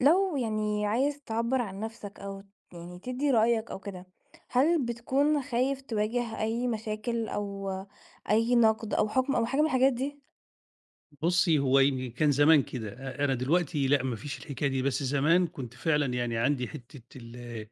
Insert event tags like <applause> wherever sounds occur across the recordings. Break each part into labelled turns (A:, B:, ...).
A: لو يعني عايز تعبّر عن نَفْسك أو يعني تدّي رأيك أو كده، هل بتكون خايف تواجه أي مشاكل أو أي نَقْد أو حُكم أو حاجة من الحاجات دي؟
B: بُصّي، هو يمكن كان زمان كده، أنا دلوقتي لأ، ما فيش الحكاية دي، بس زمان كنت فعلًا يعني عندي حتّة ال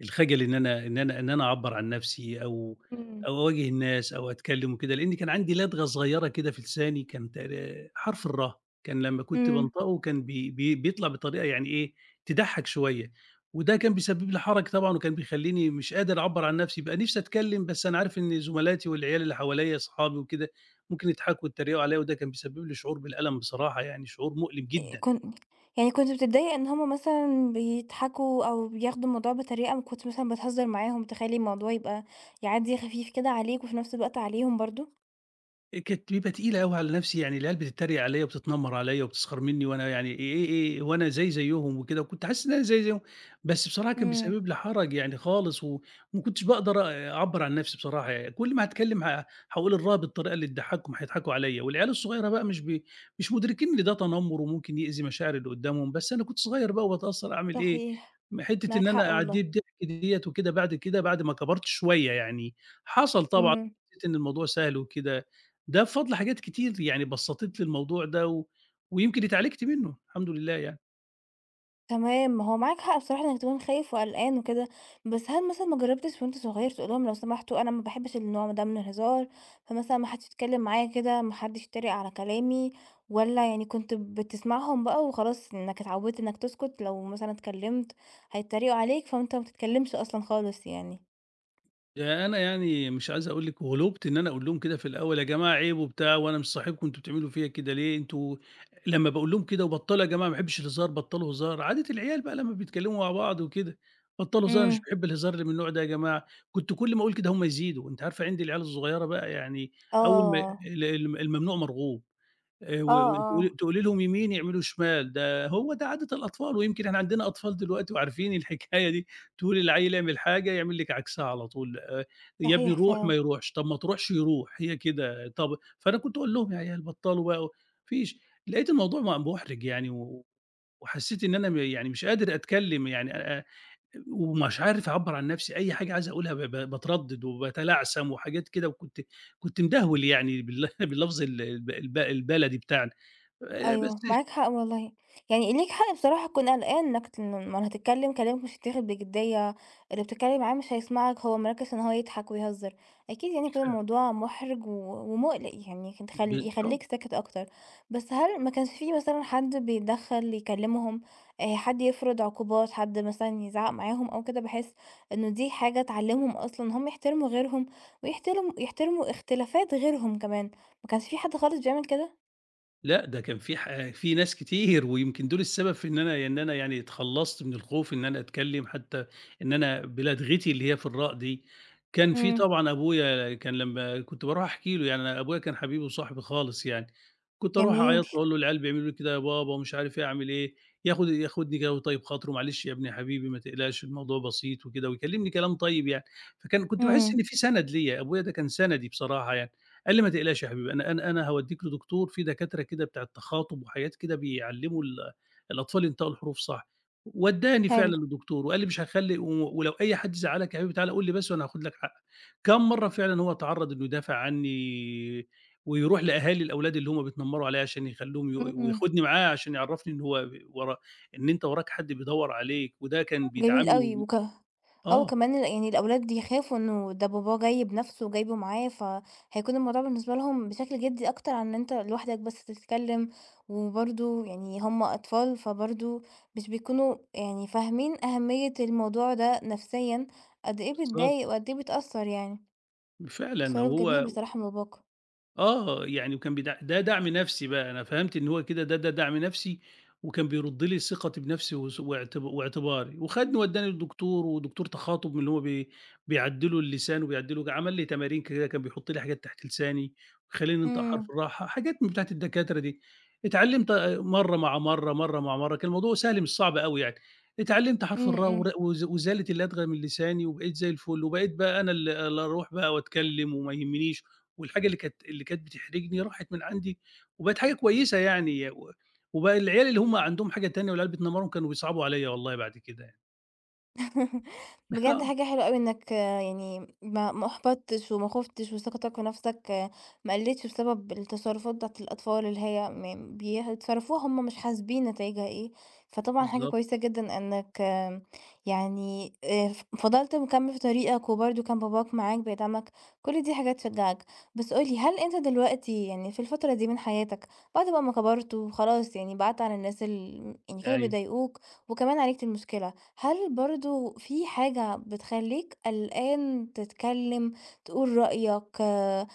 B: الخجل إن أنا أعبّر عن نَفْسي أو
A: إمم،
B: أو أواجه الناس أو أتكلّم وكده، لإن كان عندي لدغة صغيرة كده في لساني كان تقر حرف الراء، كان لمّا كنت
A: إمم.
B: بانطقه كان بي بي بيطلع بطريقة يعني إيه، تضحّك شوية، وده كان بيسبب لي حَرَج طبعًا وكان بيخلّيني مش قادر أعبّر عن نَفْسي، بابقى نِفْسي أتكلّم بس أنا عارف إن زملاتي والعيال اللي حواليّا أصحابي وكده ممكن يضحكوا ويتريقوا عليّا وده كان بيسبب لي شعور بالألم بصراحة يعني شعور مؤلم جدًا.
A: كن يعني كنت بتتضايق إن هم مثلًا بيضحكوا أو بياخدوا الموضوع بطريقة كنت مثلًا بتهزّر معاهم تخلّي الموضوع يبقى يعدّي خفيف كده عليك وفي نَفْس الوقت عليهم برضه؟
B: كانت بيبقى تقيلة أوي على نَفْسي، يعني العيال بتتريق عليّا وبتتنمر عليّا وبتسخر منّي وأنا يعني إيه، وأنا زيّهم وكده، وكنت حاسس إن أنا زي زيّهم، بس بصراحة كان
A: إمم.
B: بيسبب لي حرج يعني خالص و وما كنتش باقدر أعبّر عن نَفْسي بصراحة يعني، كل ما هاتكلّم، هاقول الرّاها بالطريقة اللي تضحّكهم، هيضحكوا عليّا، والعيال الصغيرة بقى مش مُدركين إن ده تنمر وممكن يأذي مشاعر اللي قدّامهم، بس أنا كنت صغير بقى وباتأثّر أعمل إيه،
A: صحيح،
B: حتّة
A: معاك
B: إن
A: حق
B: أنا أعدّيه
A: والله.
B: بضحك ديّة وكده بعد كده بعد ما كبرت شوية يعني، حصل طبعًا
A: إمم.
B: حسّيت إن الموضوع سهل وكده ده بفضل حاجات كتير يعني بسّطِت لي الموضوع ده و ويمكن اتعالجت منّه الحمد لله يعني.
A: تمام، هو معاك حق بصراحة إنك تكون خايف وقلقان وكده، بس هل مثلًا ما جرّبتش وأنت صغير تقول لهم لو سمحتوا أنا ما باحبش النوع ده من الهزار، فمثلًا ما حدش يتكلم معايا كده، ما حدش يتريق على كلامي، والّا يعني كنت بتسمعهم بقى وخلاص إنك اتعودت إنك تسكت لو مثلًا اتكلمت هيتريقوا عليك فأنت ما بتتكلمش أصلًا خالص يعني؟
B: ده أنا يعني مش عايز أقول لِك وغلُبت إن أنا أقول لهم كده في الأول: "يا جماعة عيب،" وبتاع "وأنا مش صاحبكم، أنتم بتعملوا فيّا كده ليه؟ أنتم" لمّا باقول لهم كده: "وبطّلوا يا جماعة ما باحبش الهزار، بطّلوا هزار." عادة العيال بقى لمّا بيتكلّموا مع بعض وكده، "بطّلوا هزار، أنا مش
A: إمم.
B: باحب الهزار اللي من النوع ده يا جماعة." كنت كل ما أقول كده هم يزيدوا، أنتِ عارفة عِند العيال الصغيرة بقى يعني أول ما
A: آه،
B: ال الم الممنوع مرغوب. و
A: آه،
B: وتقولي
A: آه،
B: تقولي لهم يمين يعملوا شمال، ده هو ده عادة الأطفال، ويمكن إحنا عندنا أطفال دلوقتي وعارفين الحكاية دي، تقولي للعيّل اعمل حاجة يعمل لِك عكسها على طول، يا ابني
A: صحيح
B: روح ما
A: فعلًا.
B: يروحش، طب ما تروحش يروح، هي كده طب فأنا كنت أقول لهم: "يا عيال بطّلوا بقى." ما فيش، لقيت الموضوع مُحرِج يعني و وحسّيت إن أنا يعني مش قادر أتكلّم يعني، ومش عارف أعبّر عن نفسي، أي حاجة عايز أقولها ب ب باتردد وباتلعثم وحاجات كده، وكنت مدهول يعني بال <laughs> باللفظ ال الب الب البلدي بتاعنا، بس
A: أيوه، معاك حق والله، يعني ليك حق بصراحة تكون قلقان إنك أمّال هتتكلم كلامك مش هيتاخد بجدية، اللي بتتكلم معاه مش هيسمعك، هو مركّز إن هو يضحك ويهزر، أكيد يعني يكون الموضوع محرج ومقلق يعني يخ تخل
B: بالضبط.
A: يخلّيك ساكت أكتر، بس هل ما كانش في مثلًا حد بيتدخّل يكلمهم، حد يفرض عقوبات، حد مثلًا يزعّق معاهم أو كده، بحيث إنه دي حاجة تعلّمهم أصلًا إن هم يحترموا غيرهم ويحترموا اختلافات غيرهم كمان، ما كانش في حد خالص بيعمل كده؟
B: لأ، ده كان في ناس كتير، ويمكن دول السبب في إن أنا يعني اتخلّصت من الخوف إن أنا أتكلّم، حتى إن أنا بلدغتي اللي هي في الراء دي. كان في
A: إمم.
B: طبعًا أبويا كان لمّا كنت باروح أحكي له، يعني أنا أبويا كان حبيبي وصاحبي خالص يعني، كنت أروح
A: جميل،
B: أعيط له أقول له: "العيال بيعملوا لي كده يا بابا،" ومش عارف إيه، أعمل إيه، ياخدني كده ويطيّب خاطره، "معلش يا ابني حبيبي ما تقلقش الموضوع بسيط" وكده، ويكلّمني كلام طيب يعني. فكان كنت باحس
A: إمم،
B: إن في سَند ليّا، أبويا ده كان سَندي بصراحة يعني. قال لي: "ما تقلقش يا حبيبي، أنا هاودّيك لدكتور في دكاترة كده بتاعة تخاطب وحاجات كده بيعلّموا الأطفال ينطقوا الحروف صح." ودّاني
A: حلو،
B: فعلًا لدكتور وقال لي: "مش هاخلّي و ولو أي حد زعّلك يا حبيبي تعالَ قُل لي بس وأنا هاخد لك حقك." كام مرّة فعلًا هو اتعرّض إنه يدافع عني ويروح لأهالي الأولاد اللي هم بيتنمّروا عليّا عشان يخلّوهم ي
A: إمم،
B: وياخدني معاه عشان يعرّفني إن هو ب ورا إن أنت وراك حد بيدوّر عليك وده كان
A: جميل
B: بيدعمني
A: أوي
B: و
A: آه،
B: آه،
A: وكمان يعني الأولاد يخافوا إنه ده باباه جاي بنفسه وجايبه معاه، فهيكون الموضوع بالنسبة لهم بشكل جدي أكتر عن إن أنت لوحدك بس تتكلم، وبرضه يعني هم أطفال فبرضه مش بيكونوا يعني فاهمين أهمية الموضوع ده نفسيًا، قد إيه
B: بالضبط.
A: بتضايق وقد إيه بتأثّر يعني،
B: فعلًا
A: تصرُّف جميل
B: وهو
A: بصراحة من باباك،
B: آه، يعني وكان ده دعم نفسي بقى، أنا فهمت إن هو كده ده دعم نفسي، وكان بيرُد لي ثقتي بنفسي وس واعت واعتباري، وخدني ودّاني للدكتور، ودكتور تخاطب من اللي هو بيعدّلوا اللسان وبيعدّلوا عمل لي تمارين كده، كان بيحط لي حاجات تحت لساني، ويخلّيني أنطق حرف
A: إمم،
B: الراحة، حاجات من بتاعة الدكاترة دي. اتعلّمت آه، مرّة مع مرّة، مرّة مع مرّة، كان الموضوع سهل مش صعب أوي يعني. اتعلّمت حرف
A: إمم،
B: الراء
A: إمم.
B: ور وز وزالت اللدغة من لساني، وبقيت زي الفل، وبقيت بقى أنا اللي أروح بقى وأتكلم وما يهمنيش. والحاجة اللي كانت بتحرجني راحت من عندي، وبقت حاجة كويسة يعني، و وبقى العيال اللي هم عندهم حاجة تانية والعيال بتنمّرهم كانوا بيصعبوا عليَّ والله بعد كده يعني.
A: <laughs>
B: <laughs>
A: بجد
B: آه،
A: حاجة حلوة أوي إنك يعني ما أحبطتش وما خفتش وثقتك في نفسك، ما قلتش بسبب التصرفات بتاعة الأطفال اللي هي بيتصرفوها هما مش حاسبين نتايجها ايه فطبعا حاجة
B: بالضبط،
A: كويسة جدا إنك يعني فضلت مكمل في طريقك وبرده كان باباك معاك بيدعمك كل دي حاجات تشجعك بس قولي هل انت دلوقتي يعني في الفترة دي من حياتك بعد بقى ما كبرت وخلاص يعني بعدت عن الناس اللي يعني كانوا
B: أيوه،
A: بيضايقوك وكمان عليك المشكلة هل برضه في حاجة بتخلّيك قلقان تتكلّم، تقول رأيك،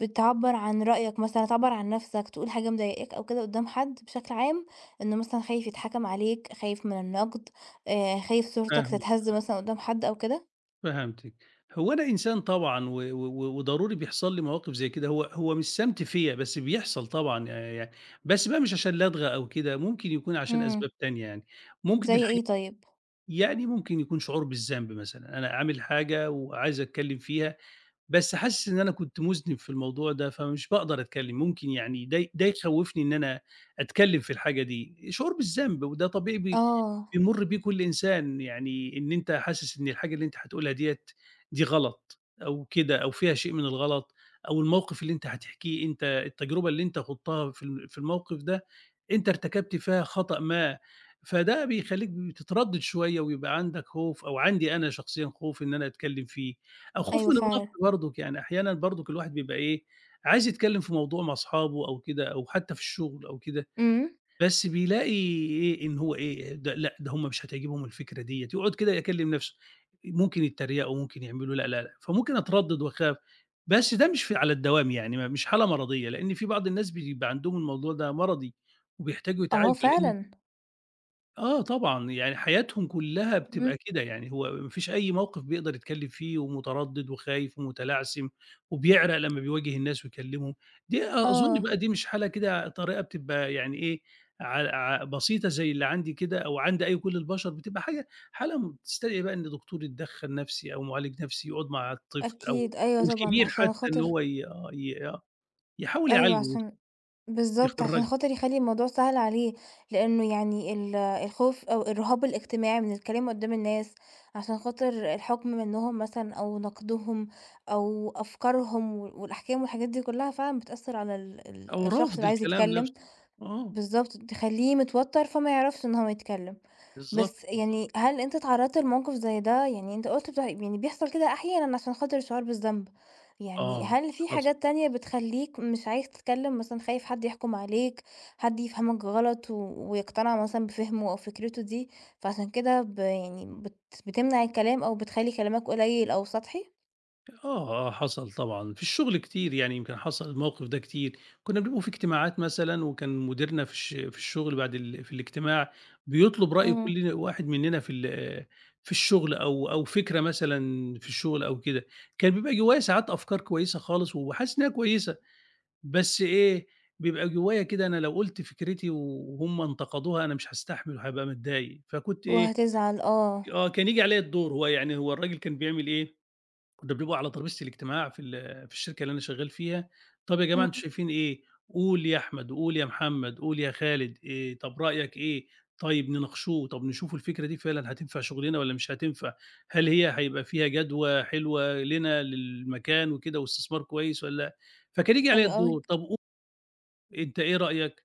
A: بتعبّر عن رأيك مثلًا، تعبّر عن نَفْسك، تقول حاجة مضايقاك أو كده قدّام حد بشكل عام، إنه مثلًا خايف يتحكم عليك، خايف من النقد، خايف صورتك
B: فاهمِك،
A: تتهز مثلًا قدّام حد أو كده؟
B: فهمتِك. هو أنا إنسان طبعًا وضروري بيحصل لي مواقف زي كده، هو مش سمْت فيّا، بس بيحصل طبعًا يعني، بس بقى مش عشان لا أطغى أو كده، ممكن يكون عشان
A: إمم،
B: أسباب تانية يعني، ممكن
A: زي
B: الحاجة
A: إيه طيب؟
B: يعني ممكن يكون شعور بالذنب مثلًا، أنا عامل حاجة وعايز أتكلّم فيها بس حاسس إن أنا كنت مُذنب في الموضوع ده، فمش باقدر أتكلّم، ممكن يعني ده يخوّفني إن أنا أتكلّم في الحاجة دي، شعور بالذنب وده طبيعي
A: آه،
B: بيمُر بيه كل إنسان، يعني إن أنت حاسس إن الحاجة اللي أنت هتقولها ديّة دي غلط أو كده أو فيها شيء من الغلط أو الموقف اللي أنت هتحكيه أنت التجربة اللي أنت خُضتها في في الموقف ده، أنت ارتكبت فيها خطأ ما، فده بيخلّيك بتتردّد شوية ويبقى عندك خوف أو عندي أنا شخصيًا خوف إن أنا أتكلّم فيه. أو خوف
A: أيوه
B: من النقد
A: فعلًا،
B: برضُك، يعني أحيانًا برضُك الواحد بيبقى إيه، عايز يتكلّم في موضوع مع أصحابه أو كده أو حتى في الشغل أو كده،
A: إمم،
B: بس بيلاقي إيه، إن هو إيه، ده لأ، ده هم مش هتعجبهم الفكرة ديّة، يقعد كده يكلّم نَفْسه، ممكن يتريقوا، ممكن يعملوا لأ، لأ، لأ، فممكن أتردّد وأخاف، بس ده مش في على الدوام يعني، ما مش حالة مرضية، لأن في بعض الناس بيبقى عندهم الموضوع ده مرضي وبيحتاجوا
A: آه
B: يتعالجوا لإن
A: فعلًا،
B: آه طبعًا، يعني حياتهم كلّها
A: إمم،
B: بتبقى كده، يعني هو ما فيش أي موقف بيقدر يتكلّم فيه ومتردد وخايف ومتلعثم وبيعرق لمّا بيواجه الناس ويكلّمهم، دي أظُن
A: آه،
B: بقى دي مش حالة كده طريقة بتبقى يعني إيه، ع ع بسيطة زي اللي عندي كده أو عند أي كل البشر، بتبقى حاجة حالة تستدعي بقى إن دكتور يتدخّل نَفْسي أو معالج نَفْسي يقعد مع الطفل أو
A: أكيد، أيوه طبعًا
B: والكبير
A: عشان
B: حتّى إن
A: خاطر
B: هو ي آه، آه، يحاول
A: أيوه
B: يعالجه،
A: عشان بالضبط، عشان
B: يخرّجه
A: خاطر يخلّي الموضوع سهل عليه، لإنه يعني الخوف أو الرهاب الاجتماعي من الكلام قدّام الناس، عشان خاطر الحُكم منّهم مثلًا أو نقدهم أو أفكارهم والأحكام والحاجات دي كلّها فعلًا بتأثّر على ال ال
B: أو
A: الشخص
B: رافض
A: اللي عايز
B: الكلام
A: يتكلّم،
B: نَفْسه. آه،
A: بالضبط، تخلّيه متوتّر فما يعرفش إن هو يتكلّم.
B: بالضبط.
A: بس يعني هل أنت اتعرّضت لموقف زي ده؟ يعني أنت قُلت بتاع يعني بيحصل كده أحيانًا عشان خاطر الشعور بالذنب، يعني
B: آه،
A: هل في
B: حصل.
A: حاجات تانية بتخلّيك مش عايز تتكلّم مثلًا خايف حد يحكُم عليك، حد يفهمك غلط ويقتنع مثلًا بفهمه أو فكرته دي، فعشان كده يعني بتمنع الكلام أو بتخلّي كلامك قليّل أو سطحي؟
B: آه، آه، حصل طبعًا، في الشغل كتير يعني يمكن حصل الموقف ده كتير، كنا بنبقوا في اجتماعات مثلًا وكان مديرنا في في الشغل بعد في الاجتماع بيطلب رأي
A: إمم.
B: كل واحد مننا في في الشغل أو فكرة مثلًا في الشغل أو كده، كان بيبقى جوايا ساعات أفكار كويسة خالص وحاسس إنها كويسة، بس إيه، بيبقى جوايا كده أنا لو قُلت فكرتي وهُم انتقدوها أنا مش هاستحمل وهابقى متضايق، فكنت إيه،
A: وهتزعل، آه.
B: آه، كان ييجي عليَّ الدور، هو الراجل كان بيعمل إيه كنّا بنبقى على طرابيزة الاجتماع في في الشركة اللي أنا شغّال فيها، "طَب يا جماعة أنتم
A: إمم.
B: شايفين إيه؟ قُل يا أحمد، قُل يا محمد، قُل يا خالد، طَب رأيك إيه؟ طيب نناقشوه، طَب نشوف الفكرة دي فعلًا هتنفع شُغلنا والّا مش هتنفع؟ هل هيبقى فيها جدوى حلوة لنا للمكان وكده واستثمار كويس والّا" فكان ييجي عليّا
A: حلو أوي.
B: الدور، "طَب قُل أنت إيه رأيك؟"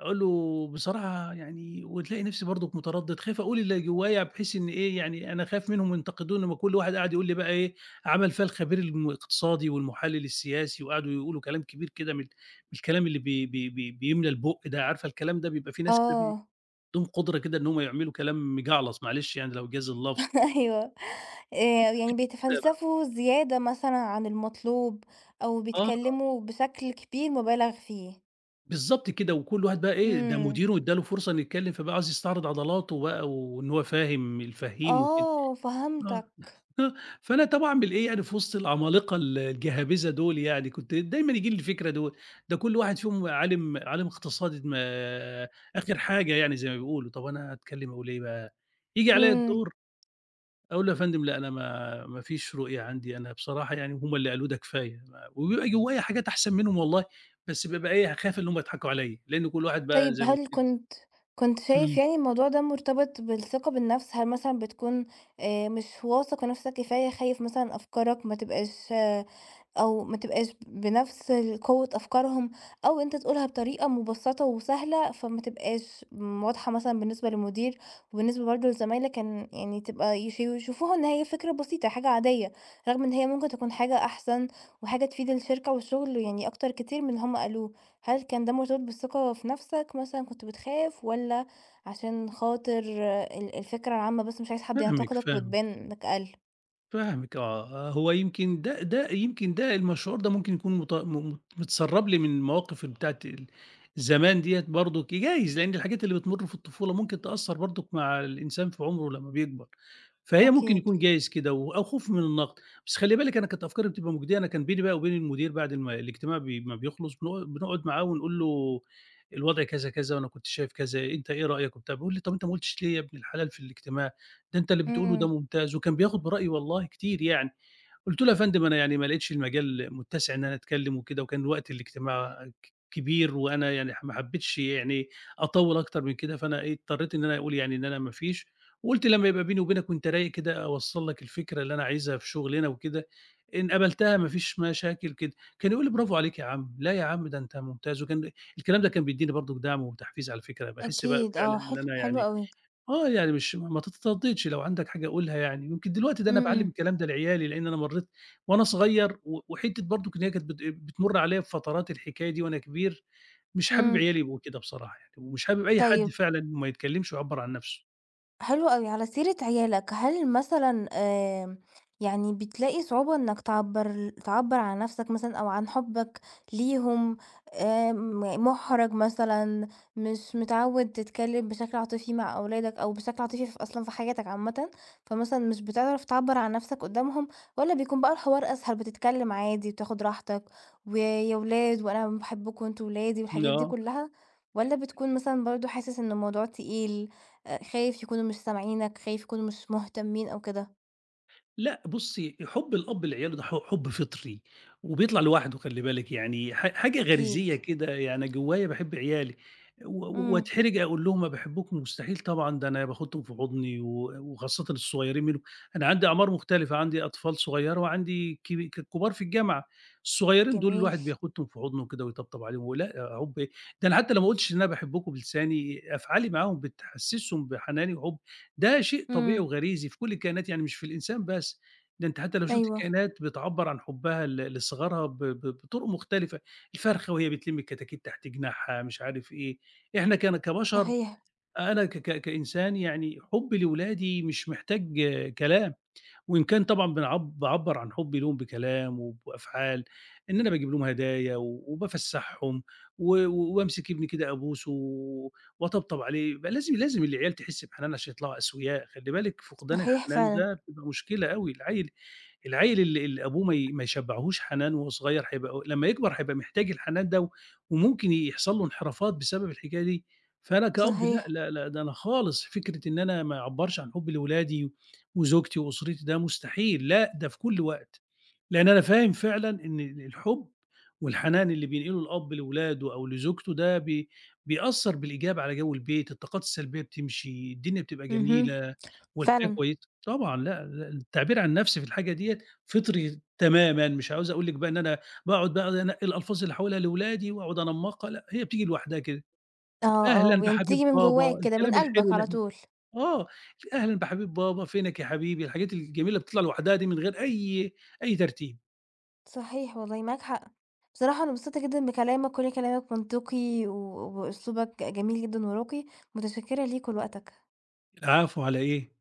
B: أقول له بصراحة يعني وتلاقي نفسي برضُك متردّد، خايف أقول اللي جوايا بحيث إن إيه، يعني أنا خايف منهم ينتقدوني أمّا كل واحد قاعد يقول لي بقى إيه، عمل فيها الخبير الاقتصادي والمحلّل السياسي وقعدوا يقولوا كلام كبير كده من الكلام اللي بي بي بي بيملى البُق ده، عارفة الكلام ده بيبقى في ناس كده
A: آه،
B: عندهم قدرة كده إن هم يعملوا كلام مجعلص معلش يعني لو جاز اللفظ
A: <laughs> أيوه. يعني
B: كده
A: بيتفلسفوا زيادة مثلًا عن المطلوب، أو
B: آه،
A: بيتكلموا بشكل كبير مُبالغ فيه.
B: بالضبط كده، وكل واحد بقى إيه، ده
A: إمم.
B: مديره ادّى له فرصة إنه يتكلّم فبقى عايز يستعرض عضلاته بقى وإن هو فاهم الفهيم وكده،
A: آه،
B: آه. <laughs>
A: فهمتك.
B: آه، فأنا طبعًا أعمل إيه يعني في وسط العمالقة الجهابذة دول يعني، كنت دايمًا ييجي لي الفكرة دول، ده كل واحد فيهم عالم عالم اقتصاد ما آخر حاجة يعني زي ما بيقولوا، طب أنا هاتكلم أقول إيه بقى؟ ييجي عليَّ
A: إمم.
B: الدور أقول له يا فندم لأ أنا ما فيش رؤية عندي، أنا بصراحة يعني هُم اللي قالوه ده كفاية، وبيبقى جوايا حاجات أحسن منهم والله، بس بابقى إيه، خايف إن هُم يضحكوا عليَّ، لأن كل واحد بقى
A: طيب
B: زي ما قلت
A: هل
B: لِك
A: كنت شايف
B: إمم،
A: يعني الموضوع ده مرتبط بالثقة بالنفس؟ هل مثلًا بتكون مش واثق في نفسك كفاية، خايف مثلًا أفكارك ما تبقاش أو ما تبقاش بنفس قوة أفكارهم، أو أنت تقولها بطريقة مُبسّطة وسهلة، فما تبقاش واضحة مثلًا بالنسبة للمدير، وبالنسبة برضه لزمايلك إن يعني تبقى يشوفوها إن هي فكرة بسيطة، حاجة عادية، رغم إن هي ممكن تكون حاجة أحسن، وحاجة تفيد الشركة والشغل يعني أكتر كتير من اللي هم قالوه. هل كان ده مرتبط بالثقة في نفسك مثلًا كنت بتخاف، والّا عشان خاطر الفكرة العامة بس مش عايز حد
B: فاهمِك،
A: ينتقدك
B: فاهمِك.
A: وتبان إنك أقل؟
B: فاهمِك آه، آه، هو يمكن ده يمكن ده المشعور ده ممكن يكون مت م متسرّب لي من المواقف بتاعة زمان ديّة برضُك، جايز لإن الحاجات اللي بتمُر في الطفولة ممكن تأثّر برضُك مع الإنسان في عمره لمّا بيكبر، فهي ممكن
A: أكيد.
B: يكون جايز كده و أو خوف من النقد، بس خلّي بالِك أنا كانت أفكاري بتبقى مجدية، أنا كان بيني بقى وبين المدير بعد الاجتماع ما بيخلص بنقعد معاه ونقول له الوضع كذا، كذا، وأنا كنت شايف كذا، أنت إيه رأيك وبتاع، بيقول لي: "طَب أنت ما قُلتش ليه يا ابن الحلال في الاجتماع؟" ده أنت اللي بتقوله ده
A: إمم.
B: ممتاز، وكان بياخد برأيي والله كتير يعني، قُلت له: "يا فندم أنا يعني ما لقيتش المجال متسع إن أنا أتكلم وكده، وكان وقت الاجتماع كبير وأنا يعني ما حبيتش يعني أطوّل أكتر من كده، فأنا إيه اضطريت إن أنا أقول يعني إن أنا ما فيش، وقُلت لمّا يبقى بيني وبينك وأنت رايق كده أوصّل لك الفكرة اللي أنا عايزها في شغلنا وكده، إن قبلتها ما فيش مشاكل كده." كان يقول لي: "برافو عليك يا عم، لا يا عم ده أنت ممتاز." وكان الكلام ده كان بيدّيني برضه دعم وتحفيز على فكرة، باحس بقى
A: أكيد
B: فعلًا
A: آه،
B: إن
A: حلو،
B: أنا
A: حلو
B: يعني
A: أوي.
B: آه، يعني مش ما تتردّدش لو عندك حاجة قُلها يعني، يمكن دلوقتي ده أنا باعلّم
A: إمم،
B: الكلام ده لعيالي، لإن أنا مرّيت وأنا صغير و وحتّة برضه إن هي كانت بتمُر عليّا بفترات الحكاية دي وأنا كبير، مش حابب
A: إمم.
B: عيالي يبقوا كده بصراحة يعني، ومش حابب أي حد
A: طيب
B: فعلًا ما يتكلّمش ويعبّر عن نَفْسه.
A: حلو أوي. على سيرة عيالك، هل مثلًا يعني بتلاقي صعوبة إنك تعبّر عن نفْسك مثلًا أو عن حُبّك ليهم مُحرَج مثلًا، مش متعوّد تتكلّم بشكل عاطفي مع أولادك أو بشكل عاطفي أصلًا في حياتك عامةً، فمثلًا مش بتعرف تعبّر عن نفْسك قدّامهم والّا بيكون بقى الحوار أسهل بتتكلّم عادي وتاخد راحتك، ويا ولاد وأنا باحبكم أنتم ولادي والحاجات دي
B: آه.
A: كلّها، والّا بتكون مثلًا برضه حاسس إن الموضوع تقيل؟ خايف يكونوا مش سامعينك، خايف يكونوا مش مهتمين أو كده،
B: لأ بُصّي، حُب الأب لعياله ده حُب فطري، وبيطلع لوحده خلّي بالِك، يعني حاجة
A: أكيد.
B: غريزية كده، يعني أنا جوّايا باحب عيالي و و
A: إمم،
B: وأتحرج أقول لهم أنا باحبكم مستحيل طبعًا، ده أنا باخدهم في حُضني و وخاصةً الصغيّرين منهم، أنا عندي أعمار مختلفة، عندي أطفال صغيّرة وعندي كب ك كبار في الجامعة، الصغيّرين دول
A: جميل،
B: الواحد بياخدهم في حُضنه كده ويطبطب عليهم ولأ حُب إيه، ده أنا حتى لو ما قُلتش إن أنا باحبكم بلساني، أفعالي معاهم بتحسّسهم بحناني وحُب ده شيء طبيعي
A: إمم،
B: وغريزي في كل الكائنات، يعني مش في الإنسان بس، ده أنتِ حتى لو شُفتِ
A: أيوه،
B: الكائنات بتعبّر عن حُبّها لصغارها ب ب بطُرق مختلفة، الفرخة وهي بتلِم الكتاكيت تحت جناحها، مش عارف إيه، إحنا كبشر
A: صحيح،
B: أنا ك ك كإنسان يعني حُبّي لولادي مش محتاج آه، كلام. وإن كان طبعًا باعبّر عن حُبّي ليهم بكلام وبأفعال، إن أنا باجيب لهم هدايا وبافسّحهم و وبامسك ابني كده أبوسه و- وأطبطب عليه، يبقى لازم العيال تحس بحنان عشان يطلعوا أسوياء، خلّي بالِك فقدان
A: صحيح
B: الحنان
A: فعلًا،
B: ده بتبقى مشكلة أوي، العيل اللي أبوه ما يشبّعهوش حنان وهو صغير هيبقى لمّا يكبر هيبقى محتاج الحنان ده، و- وممكن يحصل له انحرافات بسبب الحكاية دي، فأنا كأب لأ،
A: صحيح،
B: لأ، لأ، ده أنا خالص فكرة إن أنا ما أعبّرش عن حُبّي لولادي وزوجتي وأسرتي ده مستحيل، لأ، ده في كل وقت. لأن أنا فاهم فعلًا إن الحُب والحنان اللي بينقله الأب لولاده أو لزوجته ده بيأثّر بالإيجاب على جَوّ البيت، الطاقات السلبية بتمشي، الدنيا بتبقى
A: اهم،
B: جميلة والحياة
A: فعلًا،
B: كويسة. طبعًا لأ، لأ التعبير عن نَفْسي في الحاجة ديّة فطري تمامًا، مش عاوز أقول لِك بقى إن أنا باقعد بقى أنقّي الألفاظ اللي هاقولها لولادي وأقعد أنمّقها لأ، هي بتيجي لوحدها كده،
A: آه،
B: أهلًا
A: آه، يعني
B: بحبيب
A: بتيجي من جواك
B: بابا،
A: كده، من
B: الكلام
A: قلبك
B: الحلو اللي
A: على
B: إحنا
A: طول،
B: آه، أهلًا بحبيب بابا، فينك يا حبيبي، الحاجات الجميلة بتطلع لوحدها دي من غير أي ترتيب.
A: صحيح والله معاك حق. بصراحة أنا مبسوطة جدًا بكلامك، كل كلامك منطقي وأسلوبك جميل جدًا وراقي، متشكرة ليك ولوقتك.
B: العفو على إيه؟